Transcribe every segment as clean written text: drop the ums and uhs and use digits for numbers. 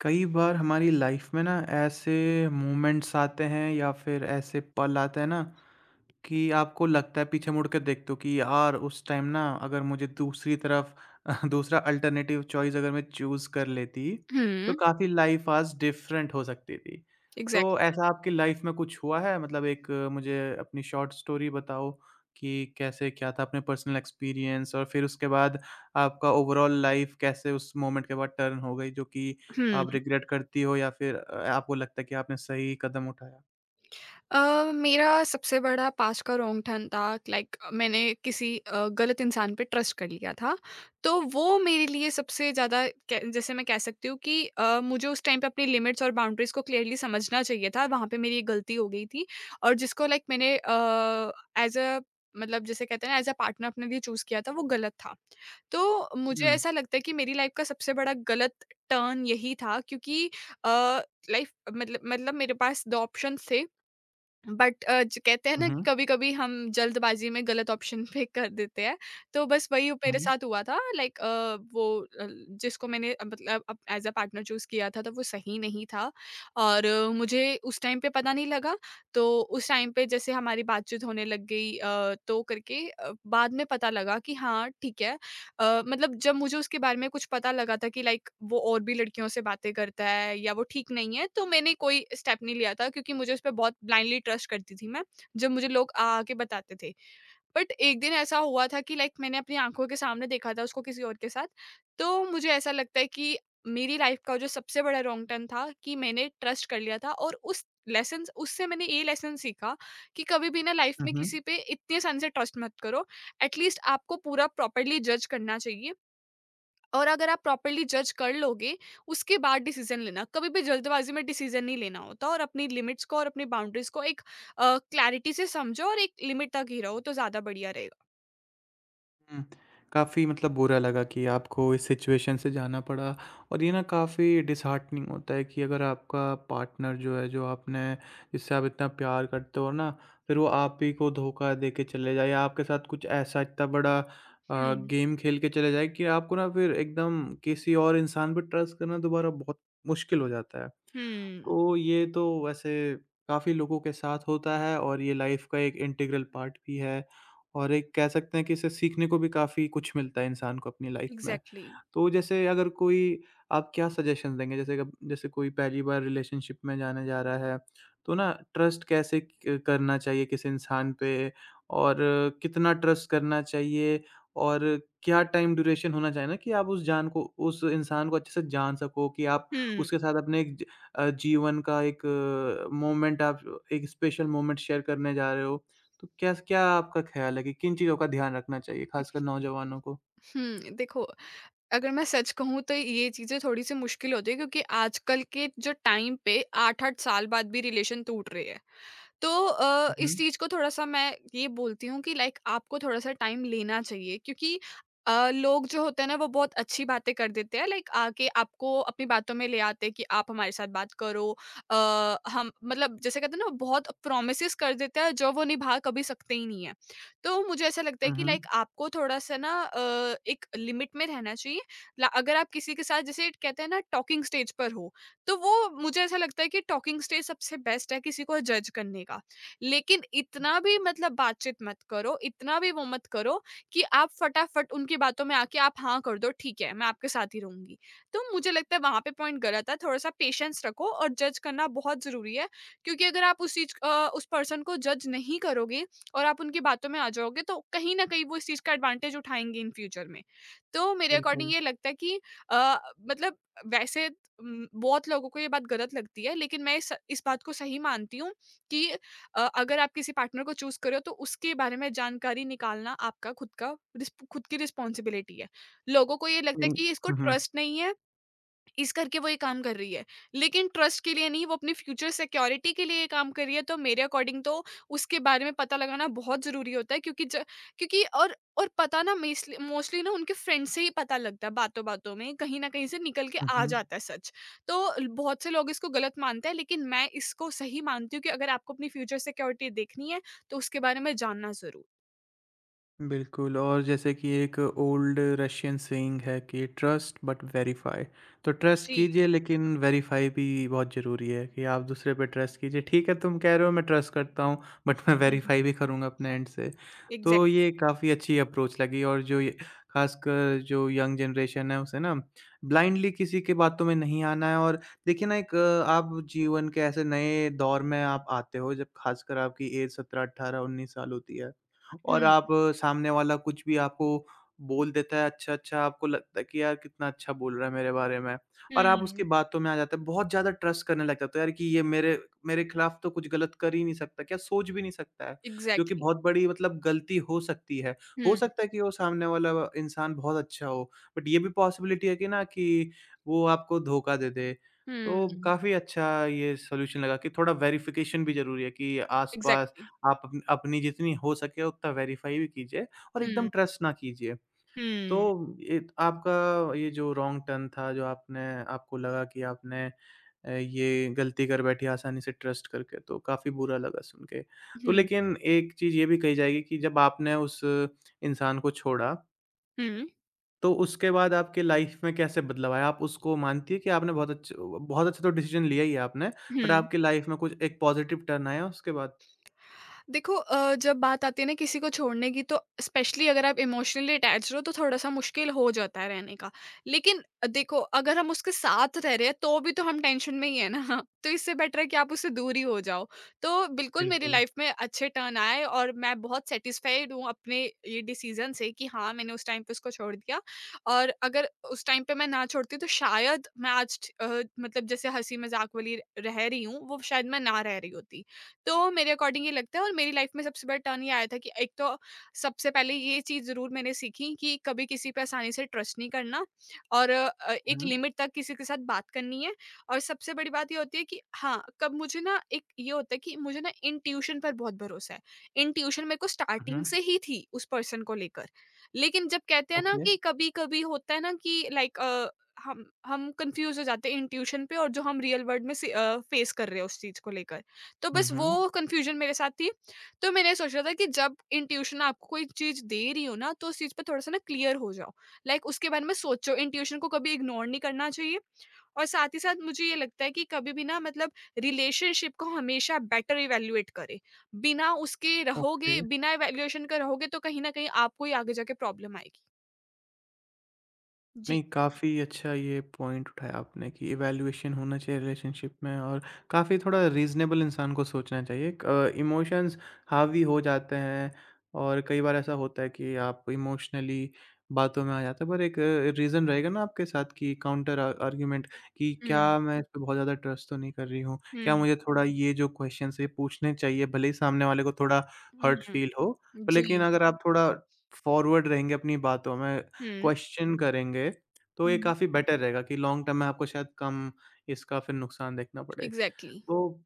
कई बार हमारी लाइफ में ना ऐसे मोमेंट्स आते हैं या फिर ऐसे पल आते हैं ना कि आपको लगता है, पीछे मुड़ के देखते हो कि यार उस टाइम ना अगर मुझे दूसरी तरफ दूसरा अल्टरनेटिव चॉइस अगर मैं चूज़ कर लेती तो Mhm. काफ़ी लाइफ आज डिफरेंट हो सकती थी। तो Exactly. ऐसा आपकी लाइफ में कुछ हुआ है? मतलब एक मुझे अपनी शॉर्ट स्टोरी बताओ कि कैसे क्या था, अपने पर्सनल एक्सपीरियंस, और फिर उसके बाद आपका ओवरऑल लाइफ कैसे उस मोमेंट के बाद टर्न हो गई, जो कि Hmm. आप रिग्रेट करती हो या फिर आपको लगता है कि आपने सही कदम उठाया? मेरा सबसे बड़ा पास का रोंगटा था लाइक मैंने किसी गलत इंसान पे ट्रस्ट कर लिया था। तो वो मेरे लिए सबसे ज़्यादा कै जैसे मैं कह सकती हूँ कि मुझे उस टाइम पे अपनी लिमिट्स और बाउंड्रीज़ को क्लियरली समझना चाहिए था। वहाँ पे मेरी एक गलती हो गई थी और जिसको लाइक मैंने एज़ अ मतलब जिसे कहते हैं ना एज़ अ पार्टनर अपने लिए चूज़ किया था वो गलत था। तो मुझे हुँ। ऐसा लगता है कि मेरी लाइफ़ का सबसे बड़ा गलत टर्न यही था क्योंकि अ, लाइफ़ मतलब मेरे पास 2 ऑप्शंस थे बट जो कहते हैं हुँ, ना कि हुँ। कभी-कभी हम जल्दबाज़ी में गलत ऑप्शन पिक कर देते हैं, तो बस वही मेरे साथ हुआ था लाइक वो अ, जिसको मैंने मतलब अप एज़ अ पार्टनर चूज़ किया था, तो वो सही नहीं था और मुझे उस टाइम पे पता नहीं लगा, तो उस टाइम पे जैसे हमारी बातचीत होने लग गई तो करके बाद में पता लगा कि हाँ, ठीक है। मतलब जब मुझे उसके बारे में कुछ पता लगा था कि लाइक वो और भी लड़कियों से बातें करता है या वो ठीक नहीं है, तो मैंने कोई स्टेप नहीं लिया था क्योंकि मुझे उस पे बहुत ब्लाइंडली ट्रस्ट करती थी मैं, जब मुझे लोग आ आ के बताते थे। बट एक दिन ऐसा हुआ था कि लाइक मैंने अपनी आँखों के सामने देखा था उसको किसी और के साथ, तो मुझे ऐसा लगता है कि मेरी लाइफ़ का जो सबसे बड़ा रॉन्ग टर्न था कि मैंने ट्रस्ट कर लिया था और उस लेसन्स उससे मैंने ये लेसन सीखा कि कभी भी ना लाइफ़ हुँ, में हुँ। किसी पे इतने सन से ट्रस्ट मत करो। एटलीस्ट आपको पूरा प्रॉपर्ली जज करना चाहिए और अगर आप प्रॉपर्ली जज कर लोगे उसके बाद डिसीजन लेना। कभी भी जल्दबाजी में डिसीजन नहीं लेना होता और अपनी लिमिट्स को और अपनी बाउंड्रीज को एक क्लैरिटी से समझो और एक लिमिट तक ही रहो तो ज्यादा बढ़िया रहेगा। हुँ। काफ़ी मतलब बुरा लगा कि आपको इस सिचुएशन से जाना पड़ा। और ये ना काफ़ी डिसहार्टनिंग होता है कि अगर आपका पार्टनर जो है, जो आपने, जिससे आप इतना प्यार करते हो ना, फिर वो आप ही को धोखा दे के चले जाए या आपके साथ कुछ ऐसा इतना बड़ा हम्म। गेम खेल के चले जाए कि आपको ना फिर एकदम किसी और इंसान पे ट्रस्ट करना दोबारा बहुत मुश्किल हो जाता है। हम्म, तो ये तो वैसे काफ़ी लोगों के साथ होता है और ये लाइफ का एक इंटीग्रल पार्ट भी है, और एक कह सकते हैं कि इससे सीखने को भी काफ़ी कुछ मिलता है इंसान को अपनी लाइफ में। एग्जैक्टली। तो जैसे अगर कोई, आप क्या सजेशंस देंगे? जैसे कोई पहली बार रिलेशनशिप में जाने जा रहा है, तो ना ट्रस्ट कैसे क करना चाहिए किसी इंसान पे? और कितना ट्रस्ट करना चाहिए? और क्या टाइम ड्यूरेशन होना चाहिए ना कि आप उस इंसान को अच्छे से जान सको कि आप हम्म, उसके साथ अपने जीवन का एक मोमेंट, आप एक स्पेशल मोमेंट शेयर करने जा रहे हो। तो कैस क्या आपका ख़्याल है कि किन चीज़ों का ध्यान रखना चाहिए, ख़ासकर नौजवानों को? हम्म, देखो अगर मैं सच कहूँ तो ये चीजें थोड़ी सी मुश्किल होती है क्योंकि आजकल के जो टाइम पे आठ आठ साल बाद भी रिलेशन टूट रहे हैं। तो हुँ, इस हुँ। चीज़ को थोड़ा-सा मैं ये बोलती हूँ कि लाइक आपको थोड़ा-सा टाइम लेना चाहिए क्योंकि लोग जो होते हैं ना वो बहुत अच्छी बातें कर देते हैं लाइक आके आपको अपनी बातों में ले आते हैं कि आप हमारे साथ बात करो। अ, हम मतलब जैसे कहते हैं ना वो बहुत प्रॉमिसेस कर देते हैं जो वो निभा कभी सकते ही नहीं है। तो मुझे ऐसा लगता है हुँ, कि हुँ। लाइक आपको थोड़ा-सा ना एक लिमिट में रहना चाहिए। ला अगर आप किसी के साथ जैसे कहते हैं ना टॉकिंग स्टेज पर हो तो वो मुझे ऐसा लगता है कि टॉकिंग स्टेज सबसे बेस्ट है किसी को जज करने का। लेकिन इतना भी मतलब बातचीत मत करो, इतना भी वो मत करो कि आप फटाफट उनकी बातों में आके आप हाँ कर दो, ठीक है, मैं आपके साथ ही रहूँगी। तो मुझे लगता है वहाँ पे पॉइंट गलत है, थोड़ा-सा पेशेंस रखो और जज करना बहुत ज़रूरी है क्योंकि अगर आप उस पर्सन को जज नहीं करोगे और आप उनकी बातों में आ जाओगे तो कहीं न कहीं वो इस चीज़ का एडवांटेज उठाएँगे इन फ्यूचर में। तो मेरे Del अकॉर्डिंग todo। ये लगता है कि अ, मतलब वैसे बहुत लोगों को ये बात गलत लगती है, लेकिन मैं इस बात को सही मानती हूँ कि अगर आप किसी पार्टनर को चूज़ कर रहे हो, तो उसके बारे में जानकारी निकालना आपका खुद की रिस्पॉन्सिबिलिटी है। लोगों को ये लगता है Sí। कि इसको Mhm, ट्रस्ट नहीं है इस करके वो ये काम कर रही है। लेकिन ट्रस्ट के लिए नहीं, वो अपनी फ्यूचर सिक्योरिटी के लिए ये काम कर रही है, तो मेरे अकॉर्डिंग तो उसके बारे में पता लगाना बहुत ज़रूरी होता है क्योंकि ज क्योंकि और पता ना मेस्ली मोस्टली ना उनके फ्रेंड से ही पता लगता है, बातों-बातों में, कहीं न कहीं से निकल के आ mhm। जाता है सच। तो ल बहुत से लोग इसको गलत मानते हैं, लेकिन मैं इसको सही मानती हूँ कि अगर आपको अपनी फ्यूचर सिक्योरिटी देखनी है, तो उसके बारे में जानना ज़रूर। बिल्कुल। और जैसे कि एक ओल्ड रशियन सेइंग है कि ट्रस्ट बट वेरीफाई। तो ट्रस्ट जी। कीजिए, लेकिन वेरीफाई भी बहुत ज़रूरी है कि आप दूसरे पे ट्रस्ट कीजिए, ठीक है, तुम कह रहे हो मैं ट्रस्ट करता हूँ, बट मैं हुँ, वेरीफाई भी करूँगा अपने एंड से। इग्ज़ैक्ट। तो ये काफ़ी अच्छी अप्रोच लगी, और जो ये, खासकर जो यंग जनरेशन है, उसे ना ब्लाइंडली किसी के बातों में नहीं आना है। और देखिए ना, आप जीवन के ऐसे नए दौर में आप आते हो जब खासकर आपकी एज 17 18 19 साल होती है। और आप हुँ, सामने वाला कुछ भी आपको बोल देता है अच्छा-अच्छा, आपको लगता है कि यार कितना अच्छा बोल रहा है मेरे बारे में। और आप उसकी हुँ, बातों में आ जाते हैं। बहुत ज़्यादा ट्रस्ट करने लग जाते हो यार कि ये मेरे मेरे खिलाफ तो कुछ गलत कर ही नहीं सकता, क्या सोच भी नहीं सकता है, जो कि इग्ज़ैक्टली। बहुत बड़ी मतलब गलती हो सकती है। हो हुँ, सकता है कि वो सामने वाला इंसान बहुत अच्छा हो, बट ये भी पॉसिबिलिटी है कि ना कि वो आपको धोखा दे दे। तो हुँ, काफ़ी अच्छा ये सॉल्यूशन लगा कि थोड़ा वेरिफिकेशन भी ज़रूरी है, कि आस-पास इग्ज़ैक्टली। आप अपनी जितनी हो सके उतना वेरीफ़ाई भी कीजिए, और एकदम हुँ। ट्रस्ट ना कीजिए। तो 嗯 ये आपका ये जो रॉन्ग टर्न था, जो आपने आपको लगा कि आपने ये गलती कर बैठी आसानी से ट्रस्ट करके, तो काफ़ी बुरा लगा सुन के। तो 嗯 लेकिन एक चीज़ ये भी कही जाएगी कि जब आपने उस इंसान को छोड़ा, 嗯 तो उसके बाद आपके लाइफ़ में कैसे बदलाव आया? आप उसको मानती है कि आपने बहुत अच्छा तो डिसीज़न लिया ही है आपने, बट 嗯。आपकी लाइफ़ में कुछ एक पॉज़िटिव टर्न आया उसके बाद? देखो जब बात आती है ना किसी को छोड़ने की तो स्पेशली अगर आप इमोशनली अटैच्ड हो तो थोड़ा सा मुश्किल हो जाता है रहने का। लेकिन देखो अगर हम उसके साथ रह रहे हैं तो भी तो हम टेंशन में ही है ना तो इससे बेटर है कि आप उससे दूर ही हो जाओ। तो बिल्कुल मेरी बिल्कुल। लाइफ में अच्छे टर्न आए और मैं बहुत सेटिस्फाइड हूँ अपने ये डिसीजन से कि हाँ मैंने उस टाइम पे उसको छोड़ दिया और अगर उस टाइम पे मैं ना छोड़ती तो शायद मैं आज मतलब जैसे हंसी मजाक वाली रह रही हूँ वो शायद मैं ना रह रही होती। तो मेरे अकॉर्डिंग ये लगता है और मेरी लाइफ में सबसे बड़ा टर्न ये आया था कि एक तो सबसे पहले ये चीज़ ज़रूर मैंने सीखी कि कभी किसी पे आसानी से ट्रस्ट नहीं करना और एक हुँ, लिमिट तक किसी के साथ बात करनी है। और सबसे बड़ी बात ये होती है कि हाँ कब मुझे ना एक ये होता है कि मुझे ना इंट्यूशन पर बहुत भरोसा है। इंट्यूशन मेरे को स्टार्टिंग हुँ। से ही थी उस पर्सन को लेकर। लेकिन जब कहते हैं ना Okay. कि कभी कभी होता है ना कि लाइक हम कंफ्यूज हो जाते हैं इंट्यूशन पे और जो हम रियल वर्ल्ड में फेस कर रहे हैं उस चीज को लेकर। तो Uh बस huh. वो कन्फ्यूज़न मेरे साथ थी। तो मैंने सोचा था कि जब इंट्यूशन आपको कोई चीज़ दे रही हो ना, तो उस चीज़ पे थोड़ा-सा ना क्लियर हो जाओ। लाइक उसके बारे में सोचो, इंट्यूशन को कभी इग्नोर नहीं करना चाहिए और साथ ही साथ मुझे ये लगता है कि कभी भी ना मतलब रिलेशनशिप को हमेशा बेटर इवैल्यूएट करें। बिना उसके रहोगे, Okay. बिना इवैल्यूएशन के रहोगे तो कहीं न कहीं आपको ही आगे जाके प्रॉब्लम आएगी। जी। नहीं, काफ़ी अच्छा ये पॉइंट उठाया आपने कि इवैल्यूएशन होना चाहिए रिलेशनशिप में। और काफ़ी थोड़ा रीज़नेबल इंसान को सोचना चाहिए। क इमोशंस हावी हो जाते हैं, और कई बार ऐसा होता है कि आप इमोशनली बातों में आ जाते हैं, पर एक रीज़न रहेगा ना आपके साथ कि काउंटर आर्गुमेंट, कि हुँ, क्या मैं इस पे बहुत ज़्यादा ट्रस्ट तो नहीं कर रही हूँ? क्या हुँ, मुझे थोड़ा ये जो क्वेश्चन्स हैं ये पूछने चाहिए? भले ही सामने वाले को थोड़ा हुँ, हर्ट हुँ। फ़ील हो, पर लेकिन जी। अगर आप थोड़ा फॉरवर्ड रहेंगे अपनी बातों में, हुँ, क्वेश्चन करेंगे, तो ये हुँ, काफ़ी बेटर रहेगा कि लॉन्ग टर्म में आपको शायद कम इसका फिर नुकसान देखना पड़े। एग्ज़ैक्टली। तो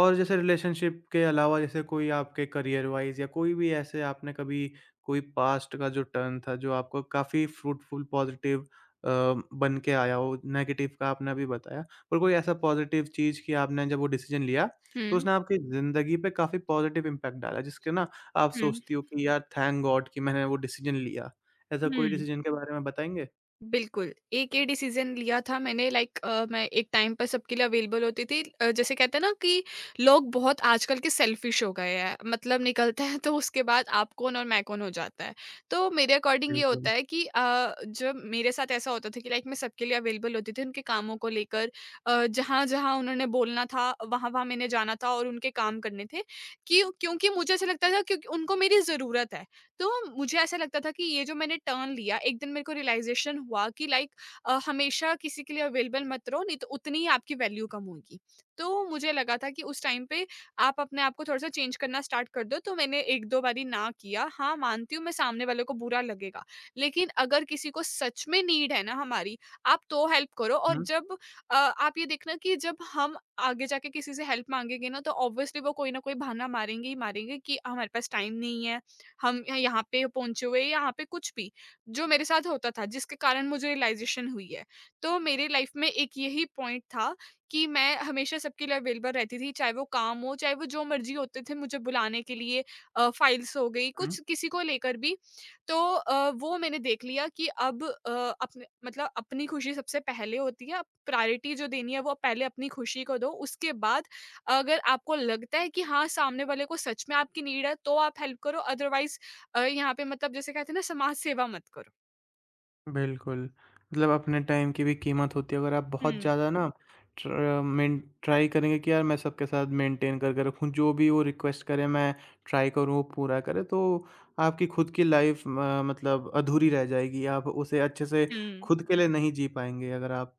और जैसे रिलेशनशिप के अलावा जैसे कोई आपके करियर वाइज़ या कोई भी, ऐसे आपने कभी कोई पास्ट का जो टर्न था जो आपको काफ़ी फ्रूटफुल, पॉज़िटिव अ, बन के आया हो, नेगेटिव का आपने अभी बताया। पर कोई ऐसा पॉज़िटिव चीज़ कि आपने जब वो डिसीज़न लिया तो हुँ, उसने आपकी ज़िंदगी पे काफ़ी पॉज़िटिव इम्पैक्ट डाला, जिसके ना आप हुँ, सोचती हो कि यार, थैंक गॉड कि मैंने वो डिसीज़न लिया। ऐसा कोई हुँ। डिसीज़न के बारे में बताएँगे? बिल्कुल, एक ये डिसीज़न लिया था मैंने लाइक मैं एक टाइम पर सबके लिए अवेलेबल होती थी। जैसे कहते हैं ना कि लोग बहुत आजकल के सेल्फिश हो गए हैं, मतलब निकलते हैं तो उसके बाद आप कौन और मैं कौन हो जाता है। तो मेरे अकॉर्डिंग ये बिल्कुल। होता है कि जब मेरे साथ ऐसा होता था कि लाइक मैं सबके लिए अवेलेबल होती थी उनके कामों को लेकर, जहाँ-जहाँ उन्होंने बोलना था, वहाँ-वहाँ मैंने जाना था और उनके काम करने थे, क्योंकि मुझे ऐसा लगता था क्योंकि उनको मेरी ज़रूरत है। तो मुझे ऐसा लगता था कि ये जो मैंने टर्न लिया, एक दिन मेरे को रियलाइज़ेशन हुआ कि लाइक हमेशा किसी के लिए अवेलेबल मत रहो, नहीं तो उतनी ही आपकी वैल्यू कम होगी। तो मुझे लगा था कि उस टाइम पे आप अपने आप को थोड़ा-सा चेंज करना स्टार्ट कर दो, तो मैंने 1, 2 बारी ना किया। हाँ, मानती हूँ मैं सामने वाले को बुरा लगेगा, लेकिन अगर किसी को सच में नीड है ना हमारी, आप तो हेल्प करो और हुँ। जब आप ये देखना कि जब हम आगे जाके किसी से हेल्प माँगेंगे ना, तो ऑब्वियसली वो कोई ना कोई बहाना मारेंगे ही मारेंगे कि हमारे पास टाइम नहीं है, हम य यहाँ पे पहुँचे हुए यहाँ पे कुछ भी, जो मेरे साथ होता था जिसके कारण मुझे रियलाइज़ेशन हुई है। तो मेरी लाइफ़ में एक यही पॉइंट था कि मैं हमेशा सबके लिए अवेलेबल रहती थी, चाहे वो काम हो, चाहे वो जो मर्ज़ी होते थे मुझे बुलाने के लिए, फाइल्स हो गई, हुँ, कुछ किसी को लेकर भी। तो वो मैंने देख लिया कि अपने मतलब अपनी खुशी सबसे पहले होती है, प्रायोरिटी जो देनी है वो पहले अपनी खुशी को दो, उसके बाद अगर आपको लगता है कि हाँ, सामने वाले को सच में आपकी नीड है, तो आप हेल्प करो। अदरवाइज़ यहाँ पे मतलब जैसे कहते हैं ना समाज सेवा मत करो। बिल्कुल। मतलब अपने टाइम की भी कीमत होती है, अगर आप बहुत हुँ, ज़्यादा ना ट्राई करेंगे कि यार मैं सबके साथ मेंटेन करके रखूँ, जो भी वो रिक्वेस्ट करे मैं ट्राई करूँ, वो पूरा करे, तो आपकी खुद की लाइफ़ म मतलब अधूरी रह जाएगी, आप उसे अच्छे से हुँ, खुद के लिए नहीं जी पाएँगे, अगर आप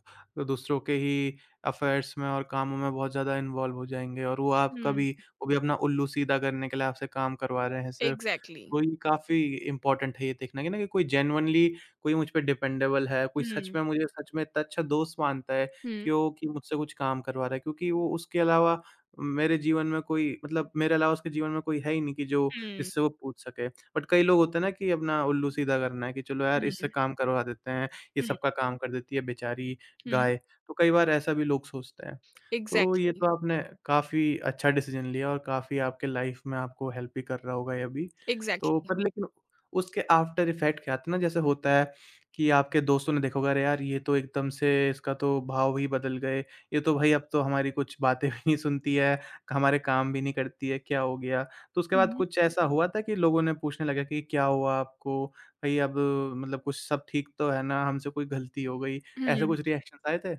दूसरों के ही अफेयर्स में और कामों में बहुत ज़्यादा इन्वॉल्व हो जाएँगे और हुँ, वो भी अपना उल्लू सीधा करने के लिए आपसे काम करवा रहे हैं सिर्फ़। एग्ज़ैक्टली। वही काफ़ी इम्पोर्टेंट है ये देखना कि ना, कि कोई जेनुइनली कोई मुझ पे डिपेंडेबल है, कोई सच हुँ, में मुझे सच में इतना अच्छा दोस्त मानता है हुँ, कि मुझसे कुछ काम करवा रहा है। क्योंकि वो उसके अलावा मेरे जीवन में कोई, मतलब मेरे अलावा उसके जीवन में कोई है ही नहीं कि जो हुँ, इससे वो पूछ सके। बट कई लोग होते हैं ना कि अपना उल्लू सीधा करना है कि चलो यार इससे हुँ, काम करवा देते हैं, ये हुँ, सबका काम कर देती है बेचारी हुँ, गाय। तो कई बार ऐसा भी लोग सोचते हैं। तो ये एग्ज़ैक्टली, तो आपने काफ़ी अच्छा डिसीज़न लिया, और काफ़ी आपके लाइफ़ में आपको हेल्प भी कर रहा होगा ये अभी। तो एग्ज़ैक्टली। पर लेकिन उसके आफ्टर इफेक्ट क्या आते हैं ना, जैसे होता है कि आपके दोस्तों ने देखा होगा, अरे यार ये तो एकदम से इसका तो भाव ही बदल गए। ये तो भाई अब तो हमारी कुछ बातें भी नहीं सुनती है, हमारे काम भी नहीं करती है, क्या हो गया? तो उसके बाद हुँ, कुछ ऐसा हुआ था कि लोगों ने पूछने लगा कि क्या हुआ आपको? भाई अब मतलब कुछ सब ठीक तो है ना? हमसे कोई गलती हो गई? ऐसे हुँ। कुछ रिएक्शंस आए थे?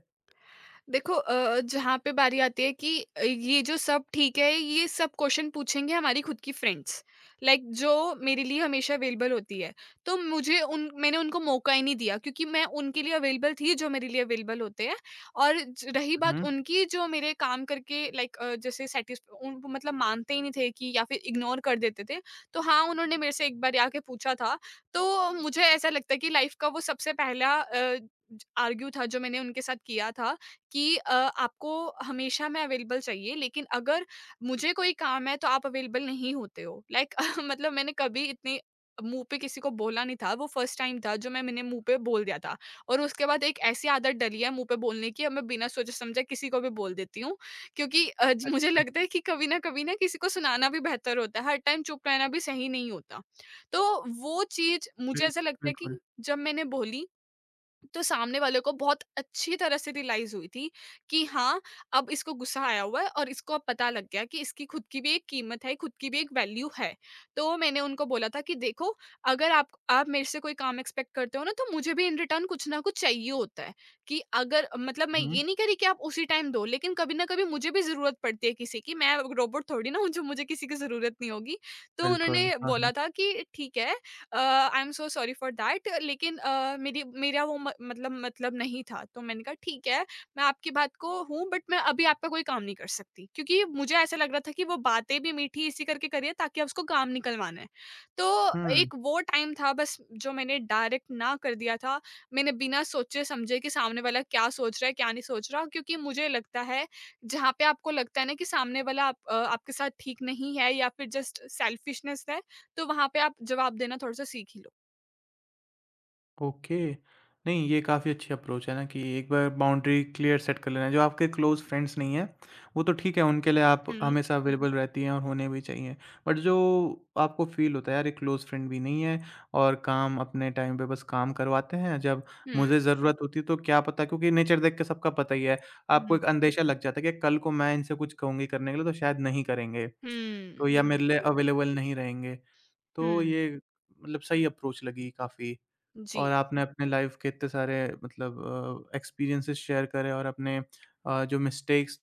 देखो जहाँ पे बारी आती है कि ये जो सब ठीक है, ये सब क्वेश्चन पूछेंगे हमारी खुद की फ्रेंड्स। लाइक जो मेरे लिए हमेशा अवेलेबल होती है। तो मुझे उन मैंने उनको मौका ही नहीं दिया क्योंकि मैं उनके लिए अवेलेबल थी जो मेरे लिए अवेलेबल होते हैं। और ज रही हुँ, बात हुँ। उनकी जो मेरे काम करके लाइक जैसे सैटिस उन मतलब मानते ही नहीं थे कि या फिर इग्नोर कर देते थे। तो हाँ, उन्होंने मेरे से एक बार आके पूछा था। तो मुझे ऐसा लगता है कि लाइफ़ का वो सबसे पहला ज आर्ग्यू था जो मैंने उनके साथ किया था। कि आपको हमेशा मैं अवेलेबल चाहिए लेकिन अगर मुझे कोई काम है तो आप अवेलेबल नहीं होते हो। लाइक मतलब मैंने कभी इतने मुँह पे किसी को बोला नहीं था, वो फर्स्ट टाइम था जो मैंने मुँह पे बोल दिया था और उसके बाद एक ऐसी आदत डली है मुँह पे बोलने की। अब मैं बिना सोचे-समझे किसी को भी बोल देती हूँ क्योंकि अ, ज मुझे अच्छा। लगता है कि कभी न कभी ना किसी को सुनाना भी बेहतर होता है, हर टाइम चुप रहना भी सही नहीं होता। तो वो चीज़ मुझे बिल्कुल, ऐसा लगता है कि बिल्कुल। जब मैंने बोली तो सामने वाले को बहुत अच्छी तरह से रियलाइज हुई थी कि हाँ अब इसको गुस्सा आया हुआ है और इसको अब पता लग गया कि इसकी खुद की भी एक कीमत है, खुद की भी एक वैल्यू है। तो मैंने उनको बोला था कि देखो अगर आप मेरे से कोई काम एक्सपेक्ट करते हो ना तो मुझे भी इन रिटर्न कुछ ना कुछ चाहिए होता है। कि अगर मतलब मैं हुँ, ये नहीं करी कि आप उसी टाइम दो लेकिन कभी ना कभी मुझे भी जरूरत पड़ती है किसी की, मैं रोबोट थोड़ी ना हूँ जो मुझे किसी की जरूरत नहीं होगी। तो बिल्कुल। उन्होंने हाँ, बोला हाँ। था कि ठीक है, I am so sorry for that, लेकिन मेरी मेरा मतलब नहीं था। तो मैंने कहा ठीक है मैं आपकी बात को हूँ बट मैं अभी आपका कोई काम नहीं कर सकती क्योंकि मुझे ऐसा लग रहा था कि वो बातें भी मीठी इसी करके करिए ताकि आप उसको काम निकलवाना है। तो हुँ। एक वो टाइम था बस जो मैंने डायरेक्ट ना कर दिया था। मैंने बिना सोचे समझे कि सामने वाला क्या सोच रहा है क्या नहीं सोच रहा, क्योंकि मुझे लगता है जहाँ पे आपको लगता है ना कि सामने वाला आप, अ, आपके साथ ठीक नहीं है या फिर जस्ट सेल्फिशनेस है तो वहाँ पे आप जवाब देना थोड़ा-सा सीख ही लो। ओके। नहीं, ये काफ़ी अच्छी अप्रोच है ना, कि एक बार बाउंड्री क्लियर सेट कर लेना। जो आपके क्लोज़ फ्रेंड्स नहीं हैं, वो तो ठीक है, उनके लिए आप हुँ। हमेशा अवेलेबल रहती हैं और होने भी चाहिए। बट जो आपको फ़ील होता है, यार, ये क्लोज़ फ्रेंड भी नहीं है और काम अपने टाइम पे बस काम करवाते हैं, जब हुँ, मुझे ज़रूरत होती है, तो क्या पता, क्योंकि नेचर देख के सबका पता ही है, आपको हुँ, एक अंदेशा लग जाता है कि कल को मैं इनसे कुछ कहूँगी करने के लिए, तो शायद नहीं करेंगे, हुँ, तो या मेरे लिए एग्ज़ैक्टली। अवेलेबल नहीं रहेंगे। तो हुँ, ये मतलब सही अप्रोच लगी काफ़ी। जी। और आपने अपने लाइफ के इतने सारे मतलब एक्सपीरियंसेस शेयर करे, और अपने जो मिस्टेक्स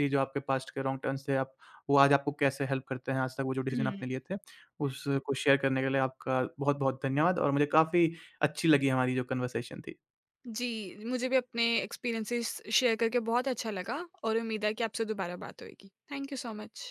थी, जो आपके पास्ट के रॉन्ग टर्न्स थे, आप वो आज आपको कैसे हेल्प करते हैं आज तक, वो जो डिसीज़न हुँ, आपने लिए थे, उसको शेयर करने के लिए आपका बहुत-बहुत धन्यवाद, और मुझे काफ़ी अच्छी लगी हमारी जो कन्वर्सेशन थी। जी, मुझे भी अपने एक्सपीरियंसेस शेयर करके बहुत अच्छा लगा और उम्मीद है कि आपसे दोबारा बात होएगी। Thank you so much.